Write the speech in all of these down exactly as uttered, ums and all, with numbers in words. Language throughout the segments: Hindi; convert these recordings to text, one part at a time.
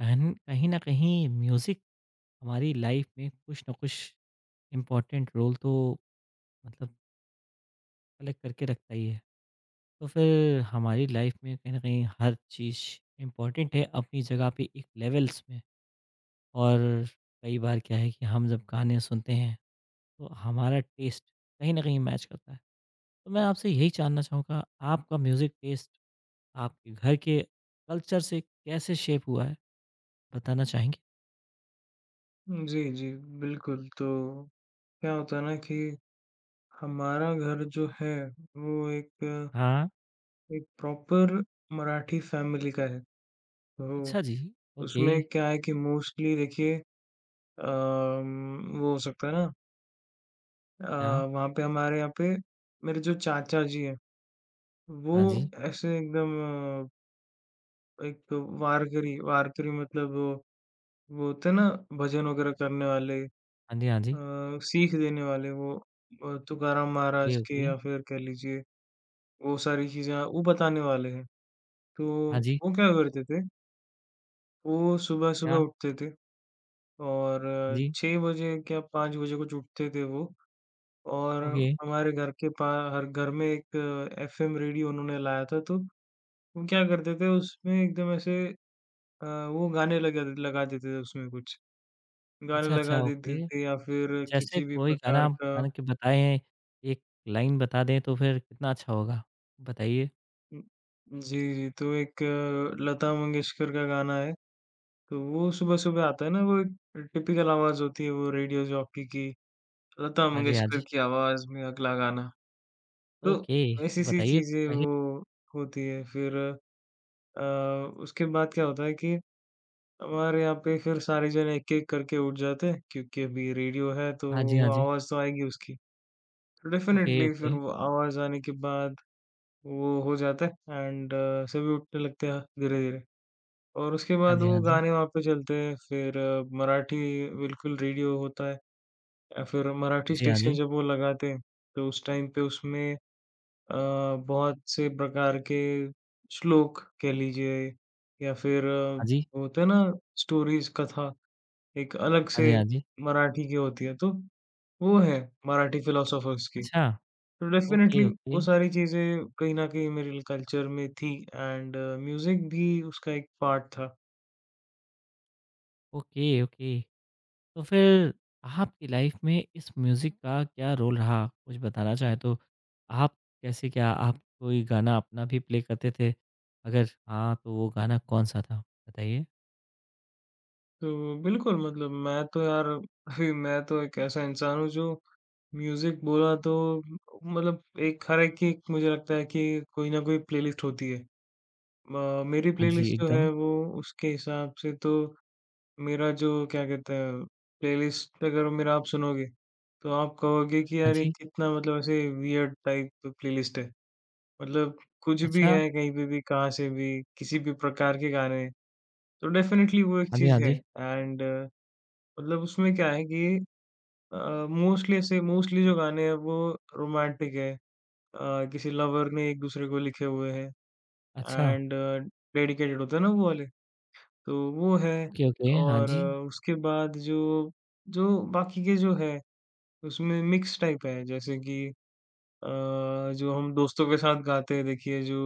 एंड कहीं ना कहीं म्यूज़िक हमारी लाइफ में कुछ ना कुछ इम्पोर्टेंट रोल तो मतलब कलेक्ट करके रखता ही है। तो फिर हमारी लाइफ में कहीं ना कहीं हर चीज़ इम्पोर्टेंट है अपनी जगह पे एक लेवल्स में। और कई बार क्या है कि हम जब गाने सुनते हैं तो हमारा टेस्ट कहीं ना कहीं मैच करता है। तो मैं आपसे यही जानना चाहूँगा, आपका म्यूज़िक टेस्ट आपके घर के कल्चर से कैसे शेप हुआ है? बताना चाहेंगे। जी, जी, बिल्कुल, तो क्या होता है ना कि हमारा घर जो है, वो एक हाँ। एक प्रॉपर मराठी फ़ैमिली का है। अच्छा तो जी। ओके। उसमें क्या है कि मोस्टली देखिए, अम, वो हो सकता है ना। अ, क्या? वहाँ पे हमारे यहाँ पे मेरे जो चाचा जी हैं, वो हाँ जी। ऐसे एकदम अ, एक तो वारकरी। वारकरी मतलब वो वो होते हैं ना भजन वगैरह करने वाले, अ, हाँ जी, हाँ जी। सीख देने वाले वो, अ, तुकाराम ओके, महाराज के, ओके। या फिर कह लीजिए वो सारी चीज़ें वो बताने वाले हैं। तो हाँ जी, वो क्या करते थे? वो सुबह-सुबह क्या? उठते थे और हाँ जी, छह बजे क्या पाँच बजे कुछ उठते थे वो, और ओके। हमारे घर के पा हर घर में एक एफएम रेडियो उन्होंने लाया था। तो वो क्या करते थे उसमें, एकदम ऐसे अ, वो गाने लगा लगा देते थे उसमें कुछ। गाने अच्छा, अच्छा, लगा देते ओके। थे या फिर जैसे किसी भी कोई गाना प्रकार आप का। गा के बताएँ, एक लाइन बता दें तो फिर कितना अच्छा होगा? बताइए। उम, जी, जी। तो एक अ, लता मंगेशकर का गाना है, तो वो सुबह-सुबह आता है ना, वो एक टिपिकल आवाज़ होती है वो रेडियो जॉकी की, लता हाँ जी, हाँ मंगेशकर जी। की आवाज़ में अगला गाना। तो ओके, तो ऐसी-सी बताइए चीज़ें पहले। वो होती है। फिर अ, उसके बाद क्या होता है कि हमारे यहाँ पे फिर सारे जने एक-एक करके उठ जाते हैं, क्योंकि अभी रेडियो है तो हाँ जी, वो हाँ जी। आवाज़ तो आएगी उसकी। तो ओके, डेफ़िनेटली फिर ओके। वो आवाज़ आने के बाद वो हो जाता है, एंड सभी उठने लगते हैं धीरे-धीरे, और उसके हाँ बाद जी, वो हाँ जी। गाने वहाँ पे चलते हैं। फिर अ, मराठी बिल्कुल रेडियो होता है। अ, फिर हाँ मराठी जी, हाँ स्टेशन जी। जब वो लगाते हैं, तो उस टाइम पे उसमें अ, बहुत से प्रकार के श्लोक कह लीजिए, या फिर अ, हाँ जी। होते हैं ना स्टोरीज़, कथा, एक अलग हाँ से जी, हाँ जी। मराठी की होती है, तो वो है मराठी फिलोसोफर्स की। अच्छा। तो ओके, डेफ़िनेटली वो ओके। सारी चीज़ें कहीं न कहीं मेरे कल्चर में थी, एंड म्यूज़िक भी उसका एक पार्ट था। Okay, okay. तो फिर आपकी लाइफ में इस म्यूज़िक का क्या रोल रहा? कुछ बताना चाहें तो? आप कैसे, क्या आप कोई गाना अपना भी प्ले करते थे? अगर हाँ, तो वो गाना कौन-सा था? बताइए। तो बिल्कुल, मतलब मैं तो यार अभी मैं तो एक ऐसा इंसान हूँ जो म्यूजिक बोला तो मतलब एक हर एक की मुझे लगता है कि कोई ना कोई प्लेलिस्ट होती है। अ, मेरी हाँ जी, प्लेलिस्ट जो एकदम। है वो, उसके हिसाब से तो मेरा जो क्या कहते हैं, प्लेलिस्ट अगर मेरा आप सुनोगे तो आप कहोगे कि हाँ यार ये जी, कितना, मतलब ऐसे वियर्ड टाइप का प्लेलिस्ट है। मतलब कुछ भी अच्छा। है, कहीं पे भी, कहाँ से भी, किसी भी प्रकार के गाने। तो डेफिनिटली वो एक हाँ जी, हाँ चीज़ है, जी। एंड मतलब उसमें क्या है कि अ, मोस्टली, ऐसे मोस्टली जो गाने हैं वो रोमांटिक है। अ, किसी लवर ने एक-दूसरे को लिखे हुए हैं, अच्छा। एंड डेडिकेटेड होते हैं ना वो वाले, तो वो है। Okay, okay. हाँ और जी। अ, उसके बाद जो, जो बाकी के जो है उसमें मिक्स टाइप है, जैसे कि अ, जो हम दोस्तों के साथ गाते हैं देखिए, जो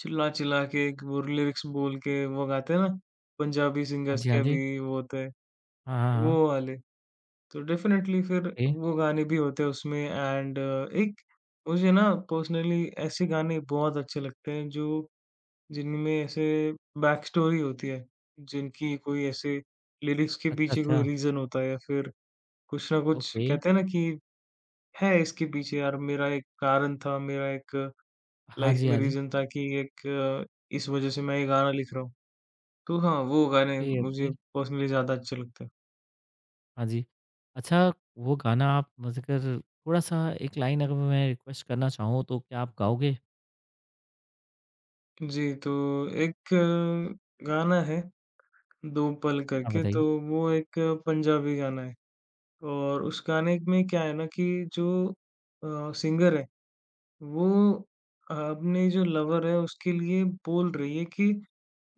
चिल्ला-चिल्ला के एक वो लिरिक्स बोल के वो गाते हैं ना, पंजाबी हाँ सिंगर्स जी, हाँ के जी। भी वो होते हैं, हाँ, हाँ, वो हाँ। वाले। तो डेफ़िनेटली फिर ओके। वो गाने भी होते हैं उसमें, एंड एक मुझे ना पर्सनली ऐसे गाने बहुत अच्छे लगते हैं जो जिनमें ऐसे बैक स्टोरी होती है, जिनकी कोई ऐसे लिरिक्स के अच्छा, पीछे कोई अच्छा। रीज़न होता है, या फिर कुछ ना कुछ ओके। कहते हैं ना कि है इसके पीछे, यार मेरा एक कारण था, मेरा एक हाँ लाइफ़ जी, में हाँ जी। रीज़न था कि एक, अ, इस वज़ह से मैं ये गाना लिख रहा हूँ। तो हाँ, वो गाने ओके, मुझे ओके। पर्सनली ज़्यादा अच्छे लगते हैं। हाँ जी। अच्छा, वो गाना आप मुझे कर थोड़ा-सा एक लाइन अगर मैं रिक्वेस्ट करना चाहूँ, तो क्या आप गाओगे? जी, तो एक अ, गाना है 'दो पल' हाँ, करके, तो बताइए। वो एक पंजाबी गाना है, और उस गाने में क्या है ना कि जो अ, सिंगर है वो अ, अपनी जो लवर है उसके लिए बोल रही है कि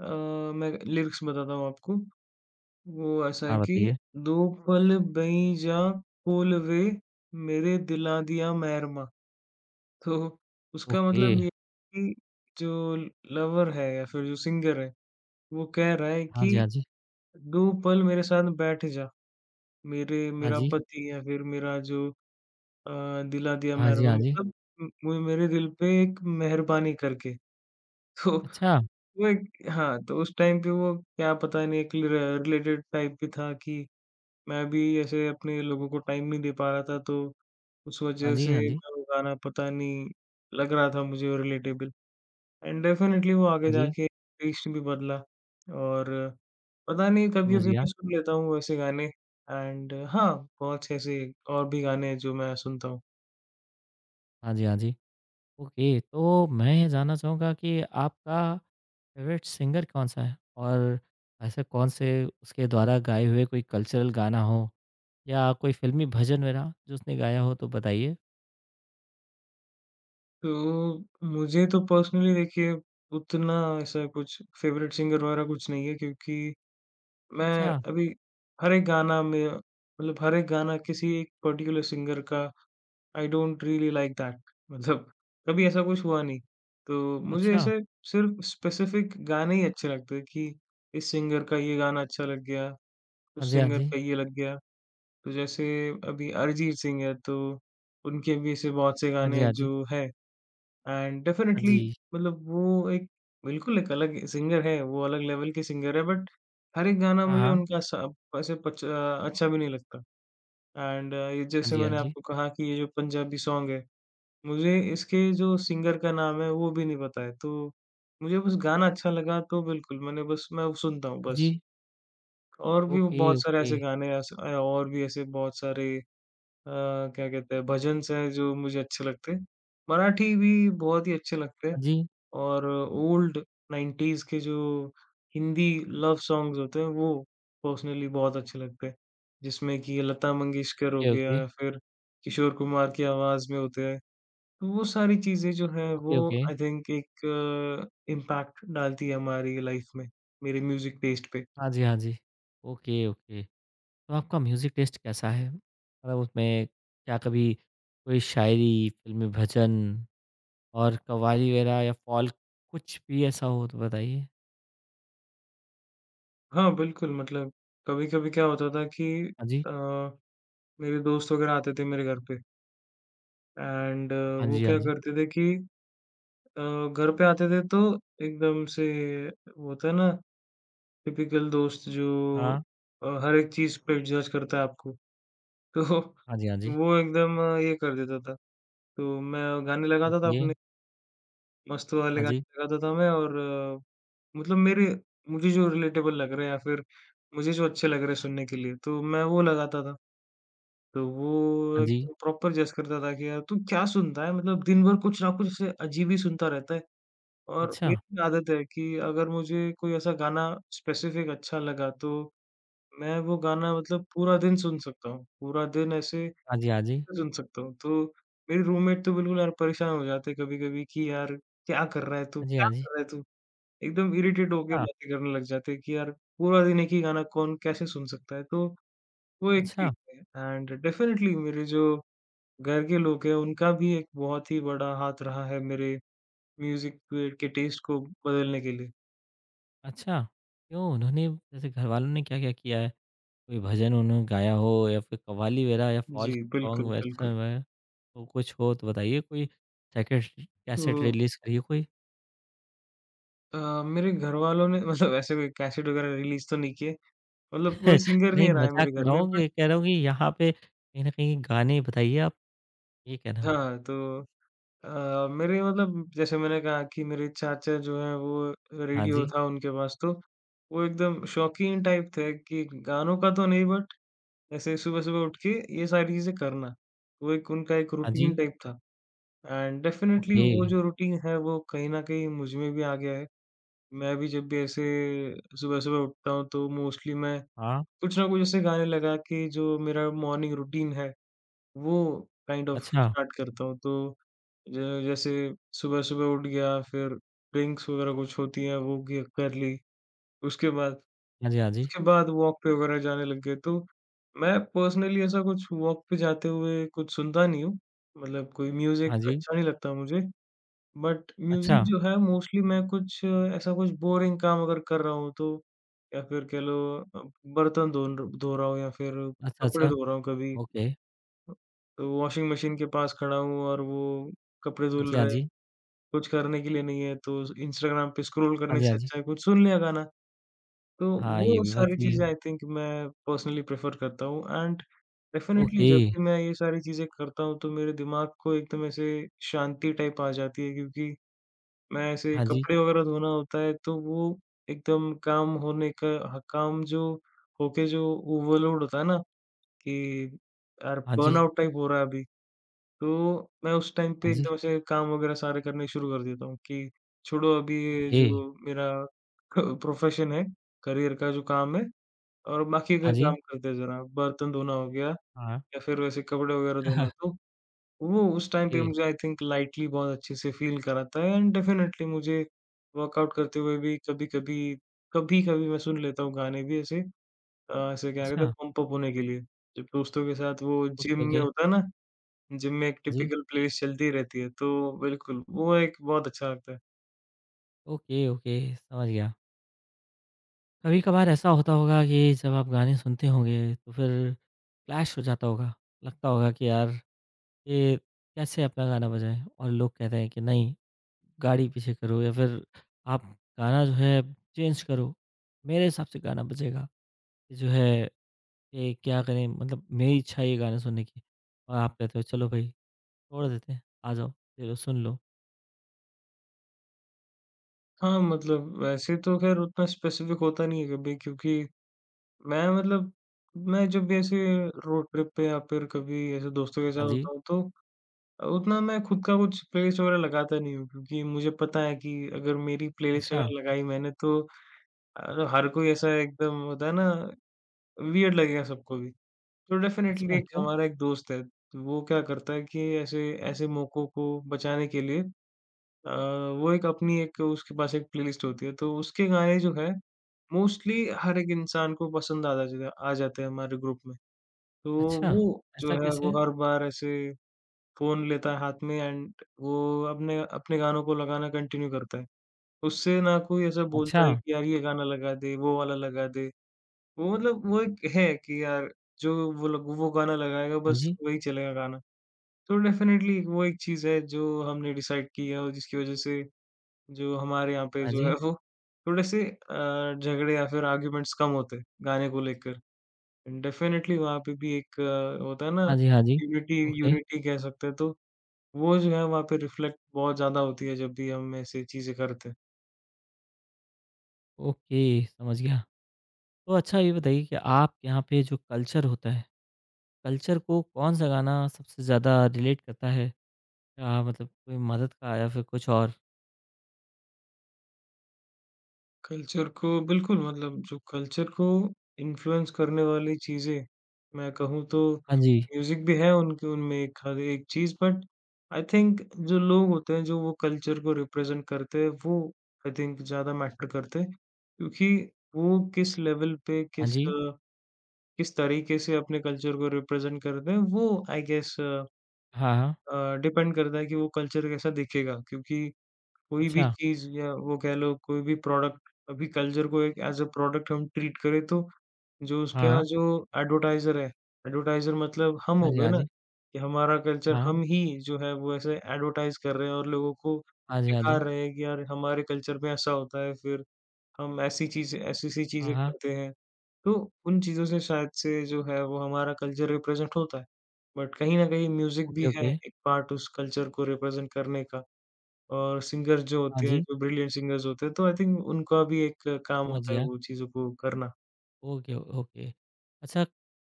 अ, मैं लिरिक्स बताता हूँ आपको, वो ऐसा है हाँ, कि, बताइए। दो पल बई जा कोल वे, मेरे दिला दिया मेहरमा। तो उसका ओके। मतलब ये है कि जो लवर है या फिर जो सिंगर है, वो कह रहा है हाँ कि जी, हाँ जी। दो पल मेरे साथ बैठ जा। मेरे हाँ मेरा जी। पति या फिर मेरा जो अ, दिला दिया हाँ जी, मेहरबान हाँ जी। मतलब, उम, वो मेरे दिल पे एक मेहरबानी करके। तो अच्छा। वो एक, हाँ, तो उस टाइम पे वो क्या पता नहीं, एक रि रिलेटेड टाइप भी था कि मैं भी ऐसे अपने लोगों को टाइम नहीं दे पा रहा था, तो उस हाँ वजह जी, से हाँ जी। मैं वो गाना, पता नहीं, लग रहा था मुझे रिलेटेबल। एंड डेफ़िनेटली वो आगे हाँ जी, जाके टेस्ट भी बदला, और पता नहीं, समझ कभी-कभी मैं गया। सुन लेता हूँ ऐसे गाने। एंड हाँ, बहुत से ऐसे और भी गाने हैं जो मैं सुनता हूँ। हाँ जी, हाँ जी। ओके, तो मैं ये जानना चाहूँगा कि आपका फ़ेवरेट सिंगर कौन-सा है? और ऐसे कौन-से उसके द्वारा गाए हुए कोई कल्चरल गाना हो या कोई फ़िल्मी भजन वगैरह जो उसने गाया हो, तो बताइए? तो मुझे तो पर्सनली देखिए, उतना ऐसा कुछ फ़ेवरेट सिंगर वगैरह कुछ नहीं है, क्योंकि मैं अच्छा, अभी हर एक गाना में, मतलब हर एक गाना किसी एक पर्टिकुलर सिंगर का, I don't really like that. मतलब कभी ऐसा कुछ हुआ नहीं। तो मुझे अच्छा। ऐसे सिर्फ़ स्पेसिफ़िक गाने ही अच्छे लगते हैं कि इस सिंगर का ये गाना अच्छा लग गया, हाँ उस जी, हाँ सिंगर जी। का ये लग गया। तो जैसे अभी अरिजीत सिंह है, तो उनके भी ऐसे बहुत से हाँ जी, गाने हाँ जी। जो हैं, एंड हाँ डेफ़िनेटली जी। मतलब वो एक बिल्कुल एक अलग सिंगर है, वो अलग लेवल के सिंगर है, बट हर एक गाना हाँ, मुझे हाँ। उनका सब ऐसे पच अच्छा भी नहीं लगता, एंड ये हाँ जैसे जी, हाँ मैंने जी। आपको कहा कि ये जो पंजाबी सॉन्ग है, मुझे इसके जो सिंगर का नाम है वो भी नहीं पता है, तो मुझे बस गाना अच्छा लगा, तो बिल्कुल मैंने बस मैं वो सुनता हूँ हाँ बस। जी। और भी ओके, बहुत सारे ओके। ऐसे गाने, ऐस अ, और भी ऐसे बहुत सारे अ, क्या कहते हैं भजन्स हैं जो मुझे अच्छे लगते हैं। मराठी भी बहुत ही अच्छे लगते हैं, हाँ जी। और ओल्ड नाइंटीज़ के जो हिंदी लव सॉन्ग्स होते हैं वो पर्सनली बहुत अच्छे लगते हैं। जिसमें कि लता मंगेशकर हो ओके, गया, ओके। या फिर किशोर कुमार की आवाज़ में होते हैं। तो वो सारी चीज़ें जो हैं ओके, वो, ओके। आई थिंक एक इम्पैक्ट डालती है हमारी लाइफ में, मेरे म्यूज़िक टेस्ट पे। हाँ जी, हाँ जी। Okay, okay. तो आपका म्यूज़िक टेस्ट कैसा है? मतलब उसमें क्या कभी कोई शायरी, फ़िल्मी भजन और कव्वाली वगैरह या फ़ोल्क कुछ भी ऐसा हो तो बताइए? हाँ, बिल्कुल, मतलब कभी-कभी क्या होता था कि हाँ जी। अ, मेरे दोस्त वगैरह आते थे मेरे घर पे, एंड हाँ वो जी, हाँ क्या जी। करते थे कि अ, घर पे आते थे तो एकदम से, वो होता है ना टिपिकल दोस्त जो हाँ। अ, हर एक चीज़ पे जज करता है आपको। तो हाँ जी, हाँ जी। वो एकदम अ, ये कर देता था। तो मैं गाने लगाता था ओके। अपने, मस्त वाले हाँ गाने जी, लगाता था मैं, और अ, मतलब मेरे मुझे जो रिलेटेबल लग रहे हैं, या फिर मुझे जो अच्छे लग रहे हैं सुनने के लिए, तो मैं वो लगाता था। तो हाँ वो जी। प्रॉपर जज करता था कि यार तू क्या सुनता है? मतलब दिन भर कुछ ना कुछ ऐसे अजीब ही सुनता रहता है। और अच्छा। मेरी आदत है कि अगर मुझे कोई ऐसा गाना स्पेसिफिक अच्छा लगा, तो मैं वो गाना, मतलब पूरा दिन सुन सकता हूँ। पूरा दिन ऐसे हाँ जी, हाँ जी। सुन सकता हूँ। तो मेरे रूममेट तो बिल्कुल यार परेशान हो जाते हैं कभी-कभी कि, यार क्या कर रहा है तू? हाँ जी, हाँ क्या जी। कर रहा है तू? एकदम इरिटेट होके अच्छा। बातें करने लग जाते हैं कि यार पूरा दिन एक ही गाना कौन कैसे सुन सकता है? तो वो एक चीज़ अच्छा, है, एंड डेफ़िनेटली मेरे जो घर के लोग हैं उनका भी एक बहुत ही बड़ा हाथ रहा है मेरे म्यूज़िक के के टेस्ट को बदलने के लिए। अच्छा। क्यों, उन्होंने जैसे घरवालों ने क्या-क्या किया है? कोई भजन उन्होंने गाया हो या फिर कव्वाली वगैरह या जी, फ़ॉल्क सॉन्ग बिल्कुल, वैसा बिल्कुल। वै तो कुछ हो तो बताइए? कोई सेकेंड कैसेट तो रिलीज़ करिए कोई। अ, मेरे घरवालों ने मतलब ऐसे कोई कैसेट वग़ैरह रिलीज़ तो नहीं किए, मतलब कोई सिंगर नहीं, नहीं रहा है मज़ाक मेरे कर घर रहा में, हूँ, बट ये कह रहा हूँ कि यहाँ पे कहीं न कहीं गाने बताइए आप, ये कहना। हाँ, तो अ, मेरे मतलब जैसे मैंने कहा कि मेरे चाचा जो हैं वो, हाँ रेडियो जी, था उनके पास, तो वो एकदम शौकीन टाइप थे कि गानों का तो नहीं, बट ऐसे सुबह-सुबह उठ के ये सारी चीज़ें करना। वो एक उनका एक हाँ रूटीन जी, टाइप था, एंड डेफिनिटली ओके, वो जो रूटीन है वो कहीं न कहीं मुझ में भी आ गया है। मैं भी जब भी ऐसे सुबह-सुबह उठता हूँ तो मोस्टली मैं हाँ, कुछ ना कुछ ऐसे गाने लगा के, जो मेरा मॉर्निंग रूटीन है वो काइंड ऑफ अच्छा, स्टार्ट करता हूँ। तो ज जैसे सुबह-सुबह उठ गया, फिर ड्रिंक्स वगैरह कुछ होती हैं, वो क कर ली। उसके बाद, हाँ जी, हाँ जी, उसके बाद वॉक पे वगैरह जाने लग गए। तो मैं पर्सनली ऐसा कुछ वॉक पे जाते हुए कुछ सुनता नहीं हूँ, मतलब कोई म्यूज़िक हाँ जी, अच्छा नहीं लगता मुझे। बट म्यूज़िक अच्छा, जो है, मोस्टली मैं कुछ अ, ऐसा कुछ बोरिंग काम अगर कर रहा हूँ तो, या फिर कह लो अ, बर्तन धो धो रहा हूँ, या फिर अच्छा, कपड़े अच्छा, धो रहा हूँ कभी। ओके, तो वॉशिंग मशीन के पास खड़ा हूँ और वो कपड़े हाँ धुल, जी, जी, हाँ रहे हैं, जी, कुछ करने के लिए नहीं है तो इंस्टाग्राम पे स्क्रॉल हाँ करने जी, हाँ से जी, अच्छा है कुछ सुन लिया गाना। तो हाँ, ये वो भी बात सारी सही है, चीज़ें, आई थिंक मैं पर्सनली प्रेफ़र करता हूँ, एंड डेफ़िनेटली ओके, जब भी मैं ये सारी चीज़ें करता हूँ तो मेरे दिमाग को एकदम ऐसे शांति टाइप आ जाती है, क्योंकि मैं ऐसे हाँ जी, कपड़े वग़ैरह धोना होता है तो वो एकदम काम होने का ह काम जो, होके जो ओवरलोड होता है ना कि, यार हाँ जी, बर्नआउट टाइप हो रहा है अभी। तो मैं उस टाइम पे हाँ जी, एकदम से काम वगैरह सारे करने शुरू कर देता हूँ कि छोड़ो अभी। ये ओके, जो मेरा प्रोफेशन है, करियर का जो काम है, और बाकी का हाँ जी, काम करते हैं ज़रा, बर्तन धोना हो गया या हाँ, फिर वैसे कपड़े वगैरह धोना। तो वो उस टाइम पे ओके, मुझे आई थिंक लाइटली बहुत अच्छे से फ़ील कराता है, एंड डेफ़िनेटली मुझे वर्कआउट करते हुए भी कभी-कभी, कभी-कभी मैं सुन लेता हूँ गाने भी, ऐसे अ, ऐसे क्या कहते अच्छा। हैं, पंप अप होने के लिए। जब दोस्तों के साथ वो जिम ओके, में ओके। होता है ना, जिम में एक हाँ जी। टिपिकल प्लेलिस्ट चलती रहती है, तो बिल्कुल, वो एक बहुत अच्छा लगता है। ओके, ओके, समझ गया। कभी-कभार ऐसा होता होगा कि जब आप गाने सुनते होंगे तो फिर क्लैश हो जाता होगा। लगता होगा कि यार ये कैसे अपना गाना बजाएँ और लोग कहते हैं कि नहीं, गाड़ी पीछे करो या फिर आप गाना जो है चेंज करो। मेरे हिसाब से गाना बजेगा। ये जो है ये क्या करें, मतलब मेरी इच्छा है ये गाना सुनने की और आप कहते हो चलो भाई छोड़ देते हैं। आ जाओ, चलो सुन लो। हाँ, मतलब वैसे तो ख़ैर उतना स्पेसिफ़िक होता नहीं है कभी, क्योंकि मैं मतलब मैं जब भी ऐसे रोड ट्रिप पे या फिर कभी ऐसे दोस्तों के हाँ साथ जी। होता हूँ, तो अ, उतना मैं खुद का कुछ प्लेलिस्ट वग़ैरह लगाता नहीं हूँ, क्योंकि मुझे पता है कि अगर मेरी प्लेलिस्ट अच्छा, अगर लगाई मैंने, तो अ, हर कोई ऐसा एकदम होता है ना, वियर्ड लगेगा सबको भी। तो डेफ़िनेटली अच्छा एक क्यों? हमारा एक दोस्त है, तो वो क्या करता है कि ऐसे ऐसे मौकों को बचाने के लिए अ, वो एक अपनी एक उसके पास एक प्लेलिस्ट होती है, तो उसके गाने जो है मोस्टली हर एक इंसान को पसंद आ जा आ जाते हैं हमारे ग्रुप में। तो अच्छा, वो जो ऐसा है, वो कैसे? हर बार ऐसे फ़ोन लेता है हाथ में, एंड वो अपने अपने गानों को लगाना कंटिन्यू करता है। उससे ना कोई ऐसा अच्छा! बोलता है कि यार ये गाना लगा दे, वो वाला लगा दे। वो मतलब वो एक है कि यार, जो वो लोग, वो गाना लगाएगा हाँ बस जी, वही चलेगा गाना। तो डेफ़िनेटली वो एक चीज़ है जो हमने डिसाइड की है, और जिसकी वज़ह से जो हमारे यहाँ पे हाँ जो है, जी, वो थोड़े-से अ, झगड़े या फिर आर्ग्यूमेंट्स कम होते हैं, गाने को लेकर। डेफ़िनेटली वहाँ पे भी एक अ, होता है ना, हाँ जी, हाँ जी। यूनिटी ओके, यूनिटी कह सकते हैं, तो वो जो है वहाँ पे रिफ्लेक्ट बहुत ज़्यादा होती है जब भी हम ऐसी चीज़ें करते हैं। ओके, समझ गया। तो अच्छा ये बताइए कि आपके यहाँ पे जो कल्चर होता है, कल्चर को कौन-सा गाना सबसे ज़्यादा रिलेट करता है? अ, मतलब कोई मदद का या फिर कुछ और? कल्चर को बिल्कुल, मतलब जो कल्चर को इन्फ्लुएंस करने वाली चीज़ें, मैं कहूँ तो हाँ जी, म्यूज़िक भी है उनके उनमें एक, हर एक चीज़। बट आई थिंक जो लोग होते हैं, जो वो कल्चर को रिप्रेज़ेंट करते हैं, वो आई थिंक ज़्यादा मैटर करते हैं, क्योंकि वो किस लेवल पे, हाँ किस जी, अ, किस तरीके से अपने कल्चर को रिप्रेज़ेंट करते हैं, वो आई गेस हाँ, हाँ। अ, डिपेंड करता है कि वो कल्चर कैसा दिखेगा। क्योंकि कोई भी अच्छा, चीज़, या वो कह लो कोई भी प्रोडक्ट, अभी कल्चर को एक एज़ अ प्रोडक्ट हम ट्रीट करें, तो जो हाँ, उसका हाँ। जो एडवर्टाइज़र है, एडवर्टाइज़र मतलब हम हाँ हो जी, गए हाँ ना, जी, कि हमारा कल्चर हाँ, हाँ। हम ही जो है वो ऐसे एडवर्टाइज़ कर रहे हैं और लोगों को हाँ जी, हाँ दिखा जी, रहे हैं कि यार हमारे कल्चर में ऐसा होता है, फिर हम ऐसी चीज़ें, ऐसी-ऐसी चीज़ें हाँ, हाँ। करते हैं। तो उन चीज़ों से शायद से जो है, वो हमारा कल्चर रिप्रेज़ेंट होता है। बट कहीं न कहीं म्यूज़िक ओके, भी है ओके। एक पार्ट, उस कल्चर को रिप्रेज़ेंट करने का। और सिंगर जो हाँ होते हैं, जी, जो ब्रिलियंट सिंगर्स होते हैं, तो आई थिंक उनका भी एक काम समझ होता है गया। वो चीज़ों को करना। Okay, okay. अच्छा,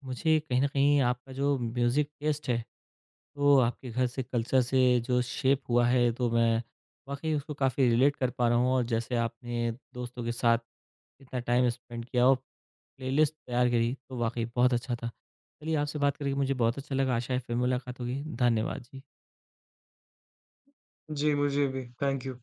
मुझे कहीं न कहीं आपका जो म्यूज़िक टेस्ट है तो आपके घर से, कल्चर से जो शेप हुआ है, तो मैं वाक़ई उसको काफ़ी रिलेट कर पा रहा हूँ। और जैसे आपने दोस्तों के साथ इतना टाइम स्पेंड किया और प्लेलिस्ट तैयार करी तो वाक़ई बहुत अच्छा था। चलिए आपसे बात करके मुझे बहुत अच्छा लगा, आशा है फिर मुलाकात होगी। धन्यवाद जी। जी, मुझे भी। Thank you.